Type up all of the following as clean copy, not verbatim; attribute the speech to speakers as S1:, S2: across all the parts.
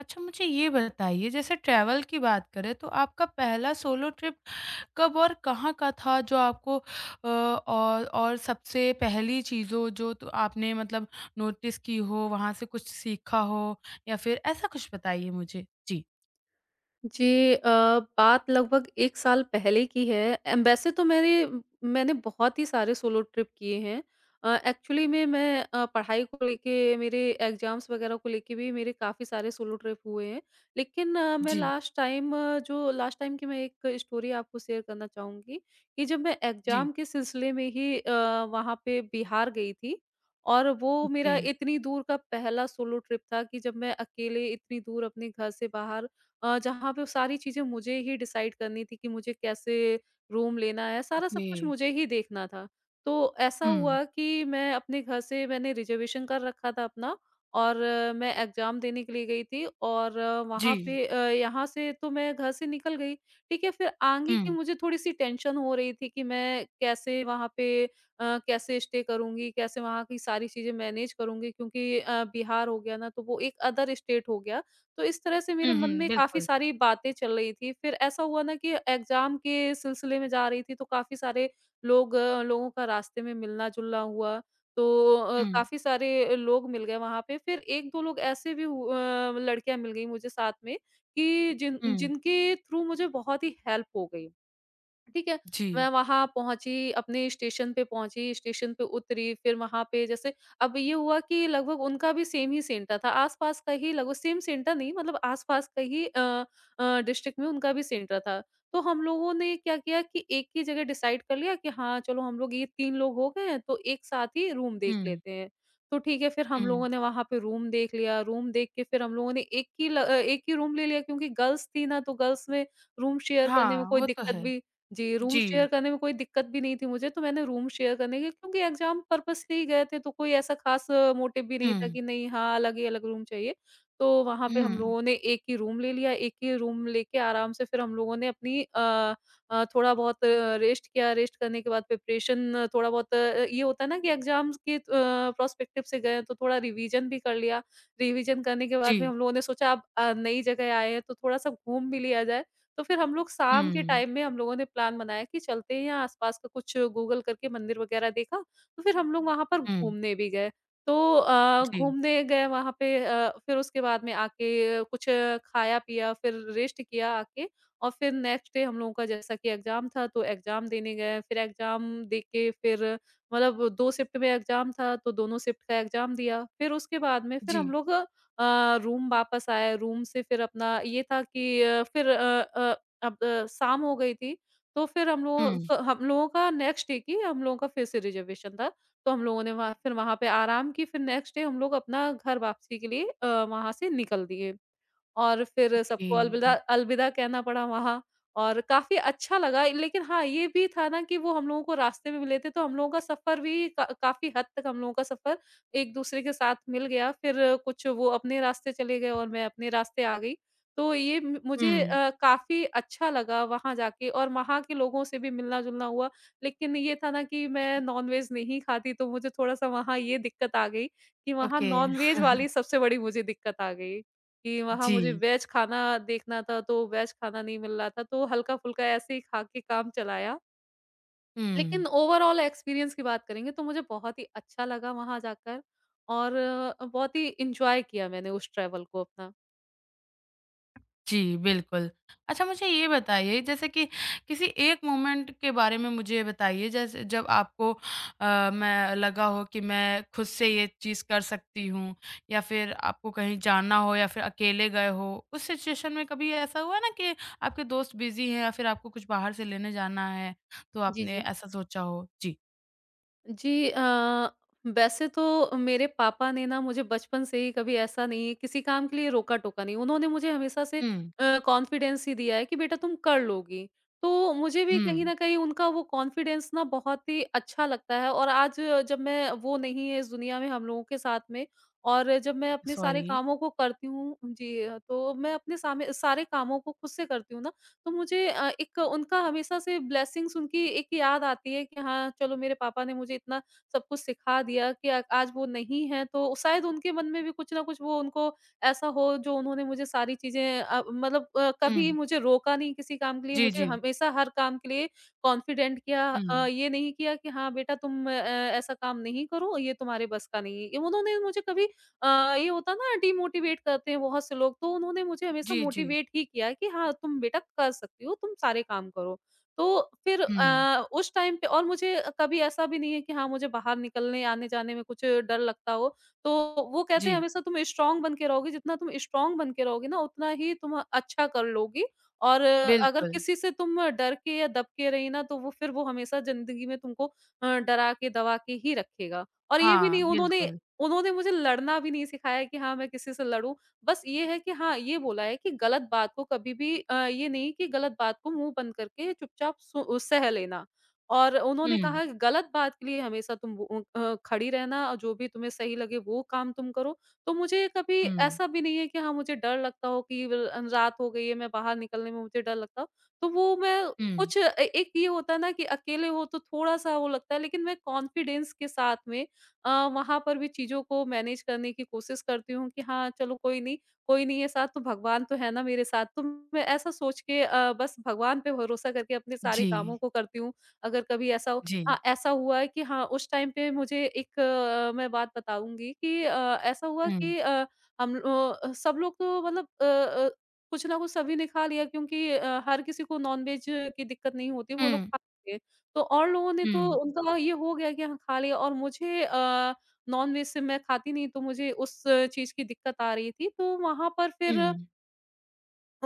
S1: अच्छा मुझे ये बताइए जैसे ट्रैवल की बात करें तो आपका पहला सोलो ट्रिप कब और कहाँ का था जो आपको और सबसे पहली चीज़ों जो तो आपने मतलब नोटिस की हो, वहाँ से कुछ सीखा हो या फिर ऐसा कुछ बताइए मुझे? जी।
S2: जी बात लगभग 1 साल पहले की है। वैसे तो मेरे मैंने बहुत ही सारे सोलो ट्रिप किए हैं। एक्चुअली में मैं पढ़ाई को लेके मेरे एग्ज़ाम्स वग़ैरह को लेके भी मेरे काफ़ी सारे सोलो ट्रिप हुए हैं। लेकिन मैं
S1: जी,
S2: लास्ट टाइम जो लास्ट टाइम की मैं एक स्टोरी आपको शेयर करना चाहूँगी कि जब मैं
S1: जी।
S2: एग्ज़ाम के सिलसिले में ही वहाँ पे बिहार गई थी और वो
S1: ओके,
S2: मेरा इतनी दूर का पहला सोलो ट्रिप था कि जब मैं अकेले इतनी दूर अपने घर से बाहर जहाँ पे सारी चीज़ें मुझे ही डिसाइड करनी थी कि मुझे कैसे रूम लेना है, सारा सब
S1: ओके।
S2: कुछ मुझे ही देखना था। तो ऐसा
S1: हुँ,
S2: हुआ कि मैं अपने घर से मैंने रिज़र्वेशन कर रखा था अपना और मैं एग्ज़ाम देने के लिए गई थी और वहाँ
S1: जी।
S2: पे यहाँ से तो मैं घर से निकल गई, ठीक है? फिर आगे की
S1: हुँ,
S2: मुझे थोड़ी-सी टेंशन हो रही थी कि मैं कैसे वहाँ पे कैसे स्टे करूँगी, कैसे वहाँ की सारी चीज़ें मैनेज करूँगी क्योंकि बिहार हो गया ना, तो वो एक अदर स्टेट हो गया। तो इस तरह से
S1: हुँ,
S2: मेरे मन
S1: हुँ,
S2: में काफ़ी
S1: बिल्कुल।
S2: सारी बातें चल रही थी। फिर ऐसा हुआ ना कि एग्ज़ाम के सिलसिले में जा रही थी तो काफ़ी सारे लोग अ, लोगों का रास्ते में मिलना-जुलना हुआ। तो
S1: हुँ,
S2: काफ़ी सारे लोग मिल गए वहाँ पे। फिर 1-2 लोग ऐसे भी हु अ, लड़कियाँ मिल गई मुझे साथ में कि जिन
S1: हुँ,
S2: जिनके थ्रू मुझे बहुत ही हेल्प हो गई। ठीक है, मैं
S1: जी।
S2: वहाँ पहुँची, अपने स्टेशन पे पहुँची, स्टेशन पे उतरी, फिर वहाँ पे जैसे अब ये हुआ कि लगभग उनका भी सेम ही सेंटर था, आस-पास का ही लगभग सेम सेंटर नहीं मतलब आस-पास का ही डिस्ट्रिक्ट में उनका भी सेंटर था। तो हम लोगों ने क्या किया कि एक ही जगह डिसाइड कर लिया कि हाँ, चलो हम लोग ये 3 लोग हो गए हैं, तो एक साथ ही रूम देख
S1: हुँ,
S2: लेते हैं। तो ठीक है, फिर हम
S1: हुँ।
S2: लोगों ने वहाँ पे रूम देख लिया, रूम देख के फिर हम लोगों ने एक ही रूम ले लिया क्योंकि गर्ल्स थी ना, तो गर्ल्स में रूम शेयर करने में
S1: हाँ,
S2: कोई
S1: वो तो
S2: दिक्कत
S1: है।
S2: भी जी, रूम शेयर
S1: जी।
S2: करने में कोई दिक्कत भी नहीं थी मुझे, तो मैंने रूम शेयर करने के क्योंकि एग्ज़ाम पर्पज़ से ही गए थे, तो कोई ऐसा ख़ास मोटिव भी नहीं था
S1: हुँ,
S2: कि नहीं हाँ, अलग ही अलग रूम चाहिए। तो वहाँ पे हम
S1: हुँ,
S2: लोगों ने एक ही रूम ले लिया, एक ही रूम लेके आराम से फिर हम लोगों ने अपनी थोड़ा बहुत रेस्ट किया, रेस्ट करने के बाद प्रिपरेशन थोड़ा बहुत ये होता है ना कि एग्ज़ाम्स के पर्सपेक्टिव से गए हैं, तो थोड़ा रिवीज़न भी कर लिया। रिवीज़न करने के
S1: जी।
S2: बाद में हम लोगों ने सोचा अब नई जगह आए हैं, तो थोड़ा-सा घूम भी लिया जाए। तो फिर हम लोग शाम के
S1: हुँ,
S2: टाइम में हम लोगों ने प्लान बनाया कि चलते हैं यहाँ आस-पास का कुछ गूगल करके मंदिर वगैरह देखा, तो फिर हम लोग वहाँ पर
S1: हुँ।
S2: घूमने भी गए। तो
S1: जी,
S2: घूमने गए वहाँ पे फिर उसके बाद में आके कुछ खाया-पिया, फिर रेस्ट किया आके और फिर नेक्स्ट डे हम लोगों का जैसा कि एग्ज़ाम था तो एग्ज़ाम देने गए, फिर एग्ज़ाम दे के फिर मतलब 2 शिफ्ट में एग्ज़ाम था तो दोनों शिफ्ट का एग्ज़ाम दिया। फिर उसके बाद में फिर हम
S1: जी।
S2: लोग रूम वापस आए, रूम से फिर अपना ये था कि अब शाम हो गई थी, तो फिर हम लोग
S1: हुँ,
S2: क हम लोगों का नेक्स्ट डे की हम लोगों का फिर से रिज़र्वेशन था, तो हम लोगों ने वहाँ फिर वहाँ पे आराम की, फिर नेक्स्ट डे हम लोग अपना घर वापसी के लिए वहाँ से निकल दिए। और फिर
S1: ओके।
S2: सबको अलविदा अलविदा कहना पड़ा वहाँ और काफ़ी अच्छा लगा। लेकिन हाँ, ये भी था ना कि वो हम लोगों को रास्ते में मिले थे, तो हम लोगों का सफ़र भी का काफ़ी हद तक हम लोगों का सफ़र एक-दूसरे के साथ मिल गया। फिर कुछ वो अपने रास्ते चले गए और मैं अपने रास्ते आ गई। तो ये म मुझे
S1: हुँ,
S2: काफ़ी अच्छा लगा वहाँ जाके और वहाँ के लोगों से भी मिलना-जुलना हुआ। लेकिन ये था ना कि मैं नॉन-वेज नहीं खाती, तो मुझे थोड़ा-सा वहाँ ये दिक्कत आ गई कि वहाँ
S1: ओके।
S2: नॉन-वेज वाली सबसे बड़ी मुझे दिक्कत आ गई। कि वहाँ मुझे
S1: जी।
S2: वेज खाना देखना था, तो वेज खाना नहीं मिल रहा था, तो हल्का-फुल्का ऐसे ही खा के काम चलाया।
S1: हुँ,
S2: लेकिन ओवरऑल एक्सपीरियंस की बात करेंगे तो मुझे बहुत ही अच्छा लगा वहाँ जाकर और बहुत ही एन्जॉय किया मैंने उस ट्रैवल को अपना।
S1: जी, बिल्कुल। अच्छा मुझे ये बताइए जैसे कि किसी एक मोमेंट के बारे में मुझे बताइए जैसे जब आपको मैं लगा हो कि मैं खुद से ये चीज़ कर सकती हूँ या फिर आपको कहीं जाना हो या फिर अकेले गए हो, उस सिचुएशन में कभी ऐसा हुआ ना कि आपके दोस्त बिज़ी हैं या फिर आपको कुछ बाहर से लेने जाना है, तो
S2: जी,
S1: आपने
S2: जी।
S1: ऐसा सोचा हो? जी।
S2: जी वैसे तो मेरे पापा ने ना मुझे बचपन से ही कभी ऐसा नहीं किसी काम के लिए रोका-टोका नहीं। उन्होंने मुझे हमेशा से
S1: हुँ,
S2: कॉन्फिडेंस ही दिया है कि बेटा तुम कर लोगी। तो मुझे भी कहीं
S1: हुँ,
S2: न कहीं उनका वो कॉन्फिडेंस ना बहुत ही अच्छा लगता है और आज जब मैं वो नहीं है इस दुनिया में हम लोगों के साथ में और जब मैं अपने सारे
S1: सॉरी।
S2: कामों को करती हूँ जी, तो मैं अपने सामे सारे कामों को खुद से करती हूँ ना तो मुझे एक उनका हमेशा से ब्लेसिंग्स उनकी एक याद आती है कि हाँ, चलो मेरे पापा ने मुझे इतना सब कुछ सिखा दिया कि आज वो नहीं है तो शायद उनके मन में भी कुछ ना कुछ वो उनको ऐसा हो जो उन्होंने मुझे सारी चीज़ें मतलब कभी
S1: हुँ।
S2: मुझे रोका नहीं किसी काम के लिए,
S1: जी,
S2: मुझे
S1: जी।
S2: हमेशा हर काम के लिए कॉन्फिडेंट किया
S1: हुँ।
S2: ये नहीं किया कि हाँ, बेटा तुम ऐसा काम नहीं करो, ये तुम्हारे बस का नहीं है। ये उन्होंने मुझे कभी ये होता है ना डिमोटिवेट करते हैं बहुत से लोग, तो उन्होंने मुझे हमेशा
S1: जी, जी।
S2: मोटिवेट ही किया कि हाँ, तुम बेटा कर सकती हो, तुम सारे काम करो। तो फिर
S1: हुँ।
S2: उस टाइम पे और मुझे कभी ऐसा भी नहीं है कि हाँ, मुझे बाहर निकलने आने-जाने में कुछ डर लगता हो। तो वो कहते हैं
S1: जी,
S2: हमेशा तुम स्ट्रॉन्ग बन के रहोगी, जितना तुम स्ट्रॉन्ग बन के रहोगी ना उतना ही तुम अच्छा कर लोगी और अगर
S1: बिल्कुल।
S2: किसी से तुम डर के या दब के रही ना तो वो फिर वो हमेशा ज़िंदगी में तुमको डरा के, दबा के ही रखेगा। और ये भी
S1: हाँ,
S2: नहीं उन्होंने
S1: बिल्कुल।
S2: उन्होंने मुझे लड़ना भी नहीं सिखाया कि हाँ, मैं किसी से लड़ूँ। बस ये है कि हाँ, ये बोला है कि गलत बात को कभी भी अ, ये नहीं कि गलत बात को मुँह बंद करके चुपचाप सु सह लेना। और उन्होंने
S1: हुँ,
S2: कहा कि गलत बात के लिए हमेशा तुम खड़ी रहना और जो भी तुम्हें सही लगे वो काम तुम करो। तो मुझे कभी
S1: हुँ,
S2: ऐसा भी नहीं है कि हाँ, मुझे डर लगता हो कि ल रात हो गई है, मैं बाहर निकलने में मुझे डर लगता हो। तो वो मैं
S1: हुँ।
S2: कुछ ए एक ये होता है ना कि अकेले हो तो थोड़ा-सा वो लगता है, लेकिन मैं कॉन्फिडेंस के साथ में वहाँ पर भी चीज़ों को मैनेज करने की कोशिश करती हूँ कि हाँ, चलो कोई नहीं है साथ तो भगवान तो है ना मेरे साथ। तो मैं ऐसा सोच के बस भगवान पे भरोसा करके अपने सारे कामों
S1: जी,
S2: को करती हूँ। अगर कभी ऐसा हो
S1: जी।
S2: हाँ, ऐसा हुआ है कि हाँ, उस टाइम पे मुझे मैं बात बताऊँगी कि ऐसा हुआ
S1: हुँ,
S2: कि हम सब लोग तो मतलब कुछ ना कुछ सभी ने खा लिया क्योंकि हर किसी को नॉन-वेज की दिक्कत नहीं होती, वो लोग
S1: हुँ,
S2: खा तो और लोगों ने तो
S1: हुँ,
S2: उनका ये हो गया कि हाँ, खा लिया और मुझे नॉन-वेज से मैं खाती नहीं तो मुझे उस चीज़ की दिक्कत आ रही थी। तो वहाँ पर
S1: हुँ,
S2: फिर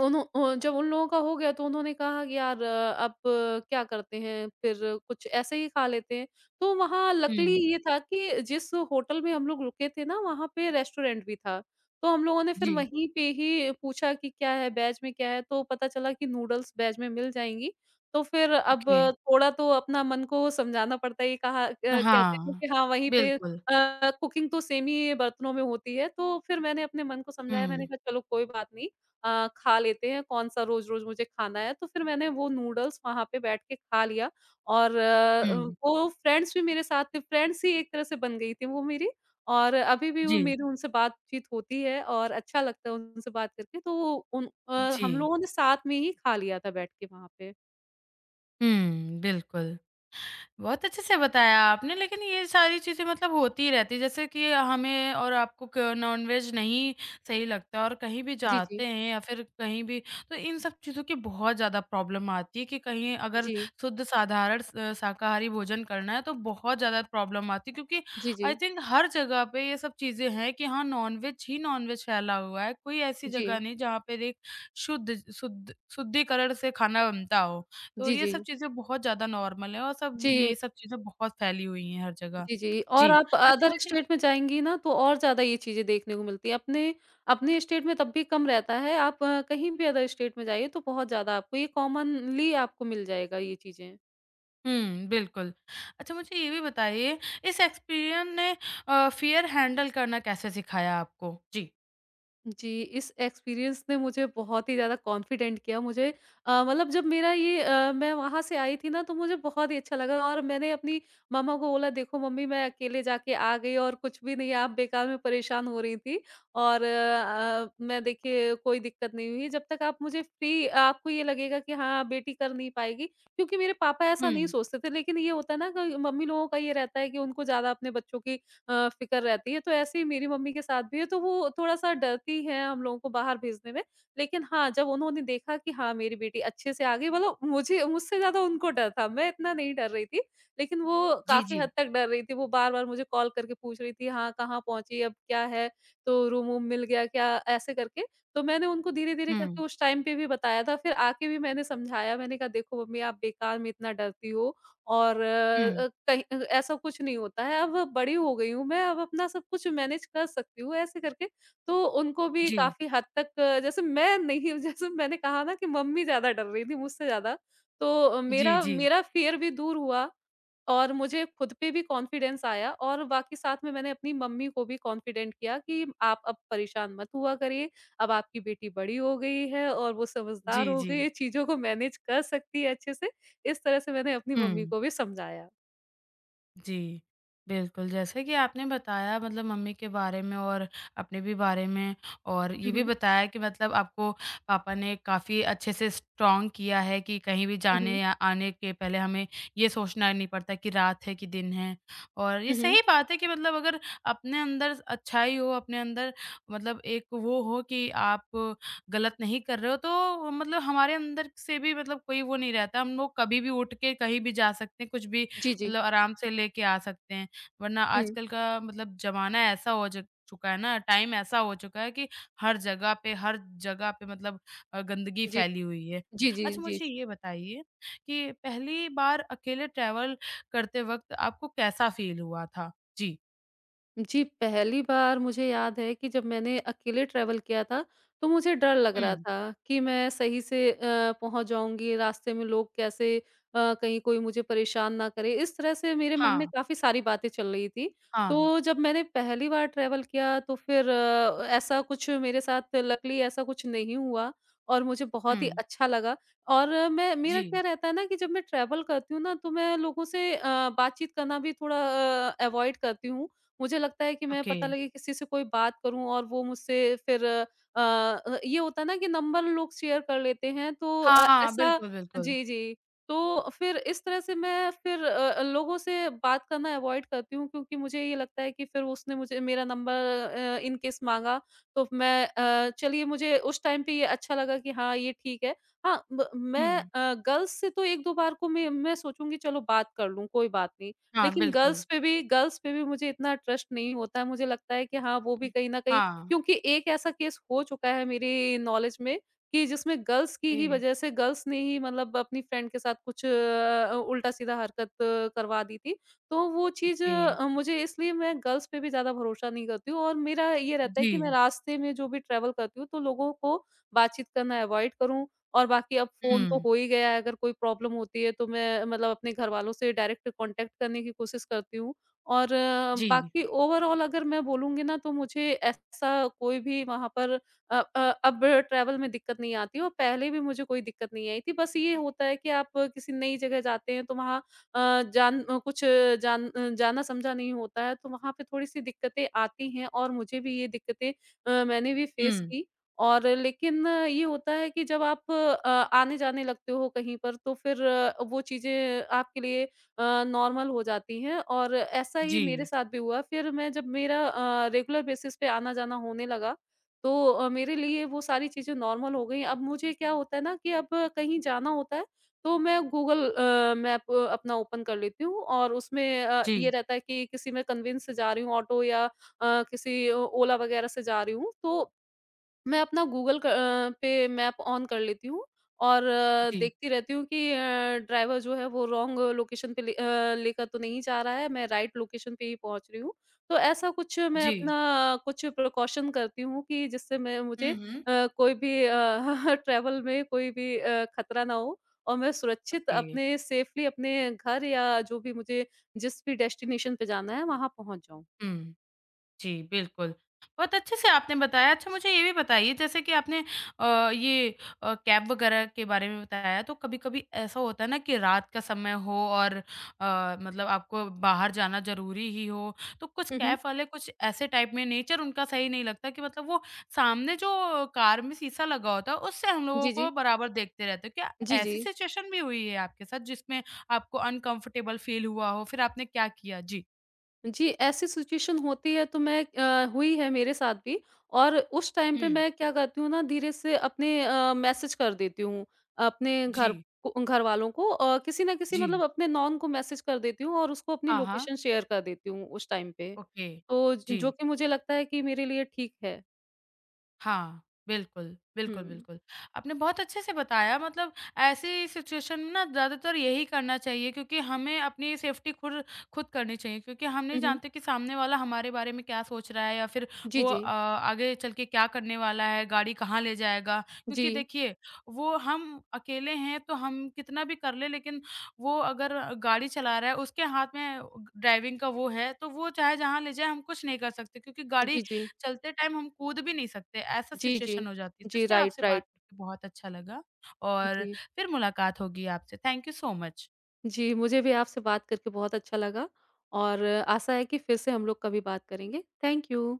S2: उन्हों जब उन लोगों का हो गया तो उन्होंने कहा कि यार अब क्या करते हैं फिर कुछ ऐसे ही खा लेते हैं। तो वहाँ लकीली
S1: हुँ।
S2: ये था कि जिस होटल में हम लोग रुके थे ना वहाँ पे रेस्टोरेंट भी था। तो हम लोगों ने फिर
S1: जी,
S2: वहीं पे ही पूछा कि क्या है वेज में क्या है? तो पता चला कि नूडल्स वेज में मिल जाएँगी। तो फिर अब
S1: ओके।
S2: थोड़ा तो अपना मन को समझाना पड़ता है ये कहा कहते हैं
S1: हाँ,
S2: कि हाँ वहीं पे
S1: बिल्कुल।
S2: कुकिंग तो सेम ही बर्तनों में होती है। तो फिर मैंने अपने मन को समझाया मैंने
S1: हुँ,
S2: कहा चलो कोई बात नहीं। खा लेते हैं, कौन-सा रोज़-रोज़ मुझे खाना है। तो फिर मैंने वो नूडल्स वहाँ पे बैठ के खा लिया और
S1: हुँ।
S2: वो फ्रेंड्स भी मेरे साथ थे, फ्रेंड्स ही एक तरह से बन गई थी वो मेरी और अभी भी वो
S1: जी,
S2: मेरी उनसे बातचीत होती है और अच्छा लगता है उनसे बात करके। तो वो
S1: जी।
S2: हम लोगों ने साथ में ही खा लिया था बैठ के वहाँ पे।
S1: हुँ, बिल्कुल। बहुत अच्छे से बताया आपने लेकिन ये सारी चीज़ें मतलब होती ही रहती है जैसे कि हमें और आपको क नॉन-वेज नहीं सही लगता और कहीं भी
S2: जी, जी।
S1: जाते हैं या फिर कहीं भी तो इन सब चीज़ों की बहुत ज़्यादा प्रॉब्लम आती है कि कहीं अगर
S2: जी।
S1: शुद्ध साधारण स शाकाहारी भोजन करना है तो बहुत ज़्यादा प्रॉब्लम आती है क्योंकि
S2: जी,
S1: आई
S2: जी।
S1: थिंक हर जगह पे ये सब चीज़ें हैं कि हाँ, नॉन-वेज ही नॉन-वेज फैला हुआ है। कोई ऐसी
S2: जी।
S1: जगह नहीं जहाँ पर एक शुद्ध शुद्ध शुद्धिकरण से खाना बनता हो। तो
S2: जी,
S1: ये
S2: जी।
S1: सब चीज़ें बहुत ज़्यादा नॉर्मल है और सब ये
S2: जी।
S1: सब चीज़ें बहुत फैली हुई हैं हर जगह।
S2: जी, जी। और
S1: जी।
S2: आप
S1: अच्छा
S2: अदर
S1: मुझे
S2: स्टेट में जाएँगी ना तो और ज़्यादा ये चीज़ें देखने को मिलती हैं। अपने अपने स्टेट में तब भी कम रहता है, आप कहीं भी अदर स्टेट में जाइए तो बहुत ज़्यादा आपको ये कॉमनली आपको मिल जाएगा ये चीज़ें।
S1: हुँ, बिल्कुल। अच्छा मुझे ये भी बताइए इस एक्सपीरियंस ने फ़ियर हैंडल करना कैसे सिखाया आपको? जी।
S2: जी, इस एक्सपीरियंस ने मुझे बहुत ही ज़्यादा कॉन्फिडेंट किया मुझे मतलब जब मेरा ये मैं वहाँ से आई थी ना तो मुझे बहुत ही अच्छा लगा और मैंने अपनी मम्मा को बोला देखो मम्मी मैं अकेले जाके आ गई और कुछ भी नहीं आप बेकार में परेशान हो रही थी और मैं देखिए कोई दिक्कत नहीं हुई जब तक आप मुझे फ्री आपको ये लगेगा कि हाँ, बेटी कर नहीं पाएगी क्योंकि मेरे पापा ऐसा नहीं
S1: हुँ।
S2: सोचते थे लेकिन ये होता है ना कि मम्मी लोगों का ये रहता है कि उनको ज़्यादा अपने बच्चों की फ़िक्र रहती है। तो ऐसे ही मेरी मम्मी के साथ भी है, तो वो थोड़ा-सा डरती हैं हम लोगों को बाहर भेजने में। लेकिन हाँ, जब उन्होंने देखा कि हाँ, मेरी बेटी अच्छे से आ गई मतलब मुझे मुझसे ज़्यादा उनको डर था, मैं इतना नहीं डर रही थी। लेकिन वो
S1: जी,
S2: काफ़ी
S1: जी।
S2: हद तक डर रही थी, वो बार-बार मुझे कॉल करके पूछ रही थी, "हाँ, कहाँ पहुँची? अब क्या है? तो रूम-वूम मिल गया क्या?" ऐसे करके। तो मैंने उनको धीरे-धीरे
S1: हुँ,
S2: करके उस टाइम पे भी बताया था, फिर आके भी मैंने समझाया, मैंने कहा, "देखो मम्मी, आप बेकार में इतना डरती हो। और
S1: हुँ।
S2: कहीं ऐसा कुछ नहीं होता है, अब बड़ी हो गई हूँ मैं, अब अपना सब कुछ मैनेज कर सकती हूँ, ऐसे करके। तो उनको भी
S1: जी।
S2: काफ़ी हद तक जैसे मैं नहीं जैसे मैंने कहा ना कि मम्मी ज़्यादा डर रही थी मुझसे ज़्यादा, तो
S1: जी,
S2: मेरा
S1: जी।
S2: मेरा फ़ियर भी दूर हुआ और मुझे खुद पे भी कॉन्फिडेंस आया और बाकी साथ में मैंने अपनी मम्मी को भी कॉन्फिडेंट किया कि आप अब परेशान मत हुआ करिए, अब आपकी बेटी बड़ी हो गई है और वो
S1: जी,
S2: समझदार हो
S1: जी।
S2: गई है, चीज़ों को मैनेज कर सकती है अच्छे से। इस तरह से मैंने अपनी मम्मी
S1: हुँ।
S2: को भी समझाया।
S1: जी, बिल्कुल, जैसे कि आपने बताया मतलब मम्मी के बारे में और अपने भी बारे में और ये
S2: हुँ,
S1: भी
S2: हुँ।
S1: बताया कि मतलब आपको पापा ने काफ़ी अच्छे से स्ट्रॉन्ग किया है कि कहीं भी
S2: हुँ,
S1: जाने
S2: हुँ।
S1: या आने के पहले हमें ये सोचना नहीं पड़ता कि रात है कि दिन है। और ये
S2: हुँ, हुँ।
S1: सही बात है कि मतलब अगर अपने अंदर अच्छाई हो, अपने अंदर मतलब एक वो हो कि आप गलत नहीं कर रहे हो, तो मतलब हमारे अंदर से भी मतलब कोई वो नहीं रहता, हम लोग कभी भी उठ के कहीं भी जा सकते हैं, कुछ भी
S2: जी, जी।
S1: मतलब आराम से लेके आ सकते हैं। वरना
S2: हुँ।
S1: आजकल का मतलब ज़माना ऐसा हो ज चुका है ना, टाइम ऐसा हो चुका है कि हर जगह पे मतलब गंदगी
S2: जी।
S1: फैली हुई है।
S2: जी, जी,
S1: अच्छा
S2: जी।
S1: मुझे ये बताइए कि पहली बार अकेले ट्रैवल करते वक़्त आपको कैसा फ़ील हुआ था? जी।
S2: जी, पहली बार मुझे याद है कि जब मैंने अकेले ट्रैवल किया था, तो मुझे डर लग रहा
S1: हुँ।
S2: था कि मैं सही से पहुँच जाऊँगी, रास्ते में लोग कैसे, कहीं कोई मुझे परेशान ना करे, इस तरह से मेरे मन में
S1: हाँ,
S2: काफ़ी सारी बातें चल रही थी।
S1: हाँ।
S2: तो जब मैंने पहली बार ट्रैवल किया तो फिर ऐसा कुछ मेरे साथ लकीली ऐसा कुछ नहीं हुआ और मुझे बहुत ही
S1: हुँ।
S2: अच्छा लगा और मैं मेरा
S1: जी,
S2: क्या रहता है ना कि जब मैं ट्रैवल करती हूँ ना, तो मैं लोगों से बातचीत करना भी थोड़ा अवॉइड करती हूँ मुझे लगता है कि मैं
S1: ओके।
S2: पता लगे किसी से कोई बात करूँ और वो मुझसे फिर ये होता है ना कि नंबर लोग शेयर कर लेते हैं तो
S1: हाँ,
S2: ऐसा
S1: बिल्कुल, बिल्कुल।
S2: जी, जी। तो फिर इस तरह से मैं फिर लोगों से बात करना अवॉइड करती हूँ क्योंकि मुझे ये लगता है कि फिर उसने मुझे मेरा नंबर इन केस माँगा तो मैं चलिए मुझे उस टाइम पे ये अच्छा लगा कि हाँ, ये ठीक है। हाँ, ब मैं
S1: हुँ।
S2: गर्ल्स से तो 1-2 बार को मैं सोचूँगी चलो बात कर लूँ, कोई बात नहीं।
S1: हाँ,
S2: लेकिन
S1: बिल्कुल।
S2: गर्ल्स पे भी मुझे इतना ट्रस्ट नहीं होता है, मुझे लगता है कि हाँ, वो भी
S1: हुँ।
S2: कहीं न कहीं
S1: हाँ,
S2: क्योंकि एक ऐसा केस हो चुका है मेरी नॉलेज में कि जिसमें गर्ल्स की
S1: ए
S2: ही वजह से गर्ल्स ने ही मतलब अपनी फ्रेंड के साथ कुछ उल्टा-सीधा हरकत करवा दी थी। तो वो चीज़
S1: ओके।
S2: मुझे इसलिए मैं गर्ल्स पे भी ज़्यादा भरोसा नहीं करती हूँ और मेरा ये रहता है
S1: जी।
S2: कि मैं रास्ते में जो भी ट्रैवल करती हूँ, तो लोगों को बातचीत करना अवॉइड करूँ और बाकी अब फ़ोन तो
S1: हुँ।
S2: हो ही गया है, अगर कोई प्रॉब्लम होती है तो मैं मतलब अपने घरवालों से डायरेक्ट कॉन्टैक्ट करने की कोशिश करती हूँ। और
S1: जी।
S2: बाकी ओवरऑल अगर मैं बोलूँगी ना तो मुझे ऐसा कोई भी वहाँ पर अ अ, अब ट्रैवल में दिक्कत नहीं आती और पहले भी मुझे कोई दिक्कत नहीं आई थी। बस ये होता है कि आप किसी नई जगह जाते हैं तो वहाँ अ, जान अ, कुछ जाना-समझा नहीं होता है, तो वहाँ पे थोड़ी-सी दिक्कतें आती हैं और मुझे भी ये दिक्कतें मैंने भी फ़ेस
S1: हुँ।
S2: की। और लेकिन ये होता है कि जब आप आने-जाने लगते हो कहीं पर तो फिर वो चीज़ें आपके लिए नॉर्मल हो जाती हैं और ऐसा ही मेरे
S1: जी,
S2: साथ भी हुआ। फिर मैं जब मेरा रेगुलर बेसिस पे आना-जाना होने लगा तो मेरे लिए वो सारी चीज़ें नॉर्मल हो गई। अब मुझे क्या होता है ना कि अब कहीं जाना होता है तो मैं गूगल मैप अपना ओपन कर लेती हूँ और उसमें ये
S1: जी,
S2: रहता है कि किसी में कन्वेंस से जा रही हूँ ऑटो या किसी ओला वगैरह से जा रही हूँ तो मैं अपना गूगल पे मैप ऑन कर लेती हूँ और
S1: जी,
S2: देखती रहती हूँ कि ड्राइवर जो है वो रॉन्ग लोकेशन पे लेकर तो नहीं जा रहा है, मैं राइट लोकेशन पे ही पहुँच रही हूँ। तो ऐसा कुछ मैं
S1: जी।
S2: अपना कुछ प्रिकॉशन करती हूँ कि जिससे मैं मुझे
S1: हुँ, हुँ।
S2: कोई भी ट्रैवल में कोई भी खतरा ना हो और मैं सुरक्षित
S1: ओके,
S2: अपने सेफ़ली अपने घर या जो भी मुझे जिस भी डेस्टिनेशन पे जाना है वहाँ पहुँच जाऊँ।
S1: हुँ। जी, बिल्कुल। बहुत अच्छे से आपने बताया। अच्छा मुझे ये भी बताइए जैसे कि आपने ये कैब वगैरह के बारे में बताया तो कभी-कभी ऐसा होता है ना कि रात का समय हो और मतलब आपको बाहर जाना ज़रूरी ही हो, तो कुछ
S2: हुँ, हुँ।
S1: कैब वाले कुछ ऐसे टाइप में नेचर उनका सही नहीं लगता कि मतलब वो सामने जो कार में शीशा लगा होता है उससे हम लोगों
S2: जी,
S1: को
S2: जी।
S1: बराबर देखते रहते हैं। क्या
S2: जी,
S1: ऐसी
S2: जी।
S1: सिचुएशन भी हुई है आपके साथ जिसमें आपको अनकम्फ़र्टेबल फ़ील हुआ हो? फिर आपने क्या किया? जी।
S2: जी, ऐसी सिचुएशन होती है तो मैं हुई है मेरे साथ भी और उस टाइम
S1: हुँ।
S2: पे मैं क्या करती हूँ ना धीरे से अपने मैसेज कर देती हूँ, अपने घर
S1: जी,
S2: को घरवालों को किसी ना किसी
S1: जी।
S2: मतलब अपने नॉन को मैसेज कर देती हूँ और उसको अपनी
S1: हाँ, हाँ।
S2: लोकेशन शेयर कर देती हूँ उस टाइम पे।
S1: ओके,
S2: तो ज
S1: जी।
S2: जो कि मुझे लगता है कि मेरे लिए ठीक है।
S1: हाँ, बिल्कुल,
S2: हुँ।
S1: बिल्कुल, बिल्कुल। आपने बहुत अच्छे से बताया मतलब ऐसी सिचुएशन में ना ज़्यादातर यही करना चाहिए क्योंकि हमें अपनी सेफ्टी खुद खुद करनी चाहिए क्योंकि हम नहीं
S2: हुँ, हुँ।
S1: जानते कि सामने वाला हमारे बारे में क्या सोच रहा है या फिर
S2: जी,
S1: वो
S2: जी।
S1: आगे चल के क्या करने वाला है, गाड़ी कहाँ ले जाएगा। क्योंकि
S2: जी।
S1: देखिए, वो हम अकेले हैं तो हम कितना भी कर लें लेकिन वो अगर गाड़ी चला रहा है उसके हाथ में ड्राइविंग का वो है, तो वो चाहे जहाँ ले जाए हम कुछ नहीं कर सकते क्योंकि गाड़ी
S2: जी, जी।
S1: चलते टाइम हम कूद भी नहीं सकते, ऐसा
S2: जी, जी।
S1: सिचुएशन हो जाती है। सच
S2: जी,
S1: में आपसे
S2: राइट,
S1: बात
S2: राइट।
S1: करके बहुत अच्छा लगा और
S2: जी।
S1: फिर मुलाकात होगी आपसे। Thank you so much.
S2: जी, मुझे भी आपसे बात करके बहुत अच्छा लगा और आशा है कि फिर से हम लोग कभी बात करेंगे। Thank you.